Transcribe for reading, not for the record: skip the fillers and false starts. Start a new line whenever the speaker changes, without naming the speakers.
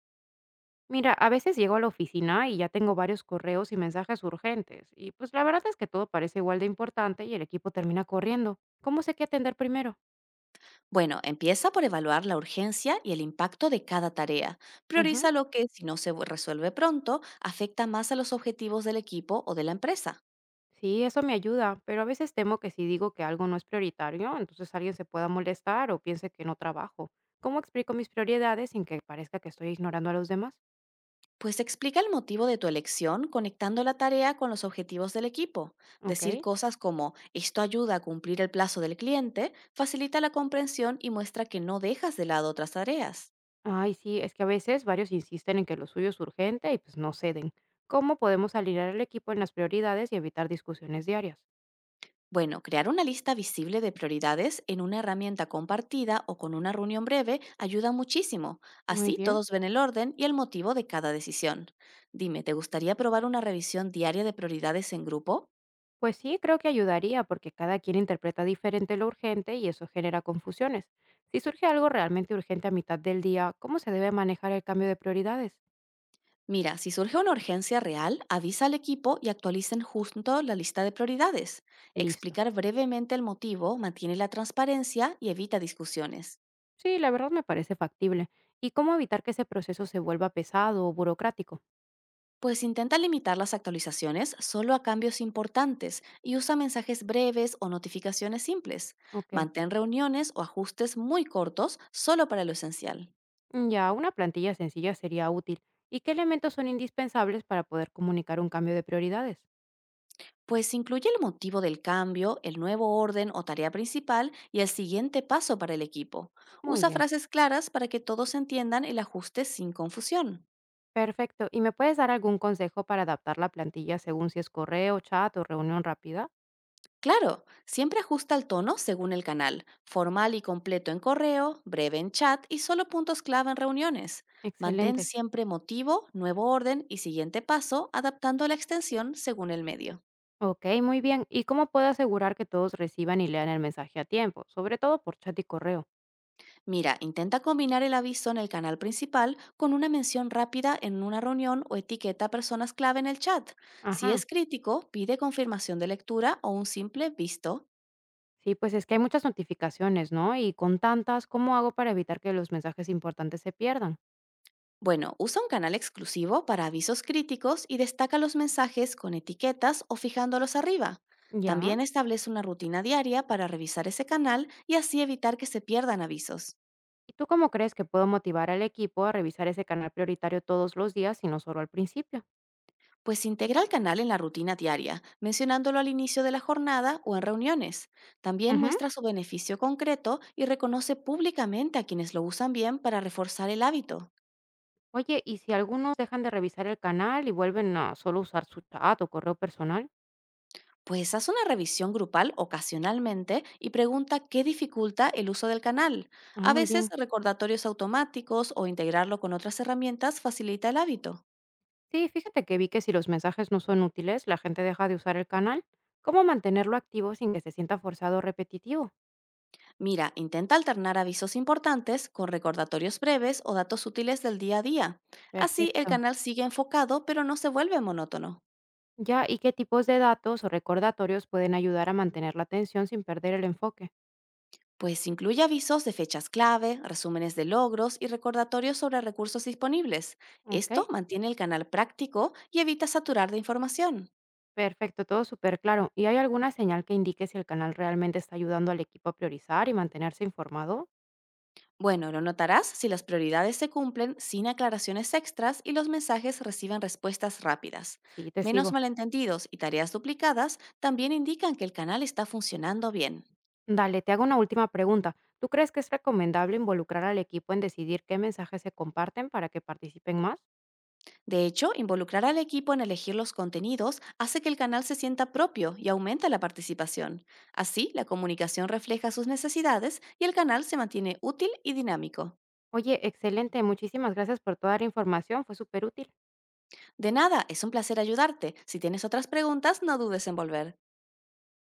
Mira, a veces llego a la oficina y ya tengo varios correos y mensajes urgentes, y pues la verdad es que todo parece igual de importante y el equipo termina corriendo. ¿Cómo sé qué atender primero?
Bueno, empieza por evaluar la urgencia y el impacto de cada tarea.
Ujú.
Prioriza lo que, si no se resuelve pronto, afecta más a los objetivos del equipo o de la empresa.
Sí, eso me ayuda, pero a veces temo que si digo que algo no es prioritario, entonces alguien se pueda molestar o piense que no trabajo. ¿Cómo explico mis prioridades sin que parezca que estoy ignorando a los demás?
Pues explica el motivo de tu elección conectando la tarea con los objetivos del equipo.
Ok.
Decir cosas como esto ayuda a cumplir el plazo del cliente facilita la comprensión y muestra que no dejas de lado otras tareas.
Ay, sí, es que a veces varios insisten en que lo suyo es urgente y pues no ceden. ¿Cómo podemos alinear al equipo en las prioridades y evitar discusiones diarias?
Bueno, crear una lista visible de prioridades en una herramienta compartida o con una reunión breve ayuda muchísimo.
Muy
Así
bien.
todos ven el orden y el motivo de cada decisión. Dime, ¿te gustaría probar una revisión diaria de prioridades en grupo?
Pues sí, creo que ayudaría porque cada quien interpreta diferente lo urgente y eso genera confusiones. Si surge algo realmente urgente a mitad del día, ¿cómo se debe manejar el cambio de prioridades?
Mira, si surge una urgencia real, avisa al equipo y actualicen junto la lista de prioridades.
Listo.
Explicar brevemente el motivo mantiene la transparencia y evita discusiones.
Sí, la verdad me parece factible. ¿Y cómo evitar que ese proceso se vuelva pesado o burocrático?
Pues intenta limitar las actualizaciones solo a cambios importantes y usa mensajes breves o notificaciones simples.
Ok.
Mantén reuniones o ajustes muy cortos solo para lo esencial.
Mm, ya, una plantilla sencilla sería útil. ¿Y qué elementos son indispensables para poder comunicar un cambio de prioridades?
Pues incluye el motivo del cambio, el nuevo orden o tarea principal y el siguiente paso para el equipo.
Muy
Usa
bien.
frases claras para que todos entiendan el ajuste sin confusión.
Perfecto. ¿Y me puedes dar algún consejo para adaptar la plantilla según si es correo, chat o reunión rápida?
Claro, siempre ajusta el tono según el canal, formal y completo en correo, breve en chat y solo puntos clave en reuniones. Mantén
Excelente.
siempre motivo, nuevo orden y siguiente paso, adaptando la extensión según el medio.
Ok, muy bien. ¿Y cómo puedo asegurar que todos reciban y lean el mensaje a tiempo? Sobre todo por chat y correo.
Mira, intenta combinar el aviso en el canal principal con una mención rápida en una reunión o etiqueta a personas clave en el chat. Si
Ajá.
es crítico, pide confirmación de lectura o un simple visto.
Sí, pues es que hay muchas notificaciones, ¿no? Y con tantas, ¿cómo hago para evitar que los mensajes importantes se pierdan?
Bueno, usa un canal exclusivo para avisos críticos y destaca los mensajes con etiquetas o fijándolos arriba.
Ya.
También establece una rutina diaria para revisar ese canal y así evitar que se pierdan avisos.
¿Y tú cómo crees que puedo motivar al equipo a revisar ese canal prioritario todos los días y no solo al principio?
Pues integra el canal en la rutina diaria, mencionándolo al inicio de la jornada o en reuniones. También
Ujú.
muestra su beneficio concreto y reconoce públicamente a quienes lo usan bien para reforzar el hábito.
Oye, ¿y si algunos dejan de revisar el canal y vuelven a solo usar su chat o correo personal?
Pues haz una revisión grupal ocasionalmente y pregunta qué dificulta el uso del canal.
Ah,
A
muy
veces
bien.
recordatorios automáticos o integrarlo con otras herramientas facilita el hábito.
Sí, fíjate que vi que si los mensajes no son útiles, la gente deja de usar el canal. ¿Cómo mantenerlo activo sin que se sienta forzado o repetitivo?
Mira, intenta alternar avisos importantes con recordatorios breves o datos útiles del día a día. Así el
Perfecto.
canal sigue enfocado pero no se vuelve monótono.
Ya, ¿y qué tipos de datos o recordatorios pueden ayudar a mantener la atención sin perder el enfoque?
Pues incluye avisos de fechas clave, resúmenes de logros y recordatorios sobre recursos disponibles.
Ok,
Esto mantiene el canal práctico y evita saturar de información.
perfecto, todo súper claro. ¿Y hay alguna señal que indique si el canal realmente está ayudando al equipo a priorizar y mantenerse informado?
Bueno, lo notarás si las prioridades se cumplen sin aclaraciones extras y los mensajes reciben respuestas rápidas.
Sí, te
Menos
sigo.
malentendidos y tareas duplicadas también indican que el canal está funcionando bien.
Dale, te hago una última pregunta. ¿Tú crees que es recomendable involucrar al equipo en decidir qué mensajes se comparten para que participen más?
De hecho, involucrar al equipo en elegir los contenidos hace que el canal se sienta propio y aumenta la participación. Así, la comunicación refleja sus necesidades y el canal se mantiene útil y dinámico.
Oye, excelente. Muchísimas gracias por toda la información. Fue súper útil.
De nada, es un placer ayudarte. Si tienes otras preguntas, no dudes en volver.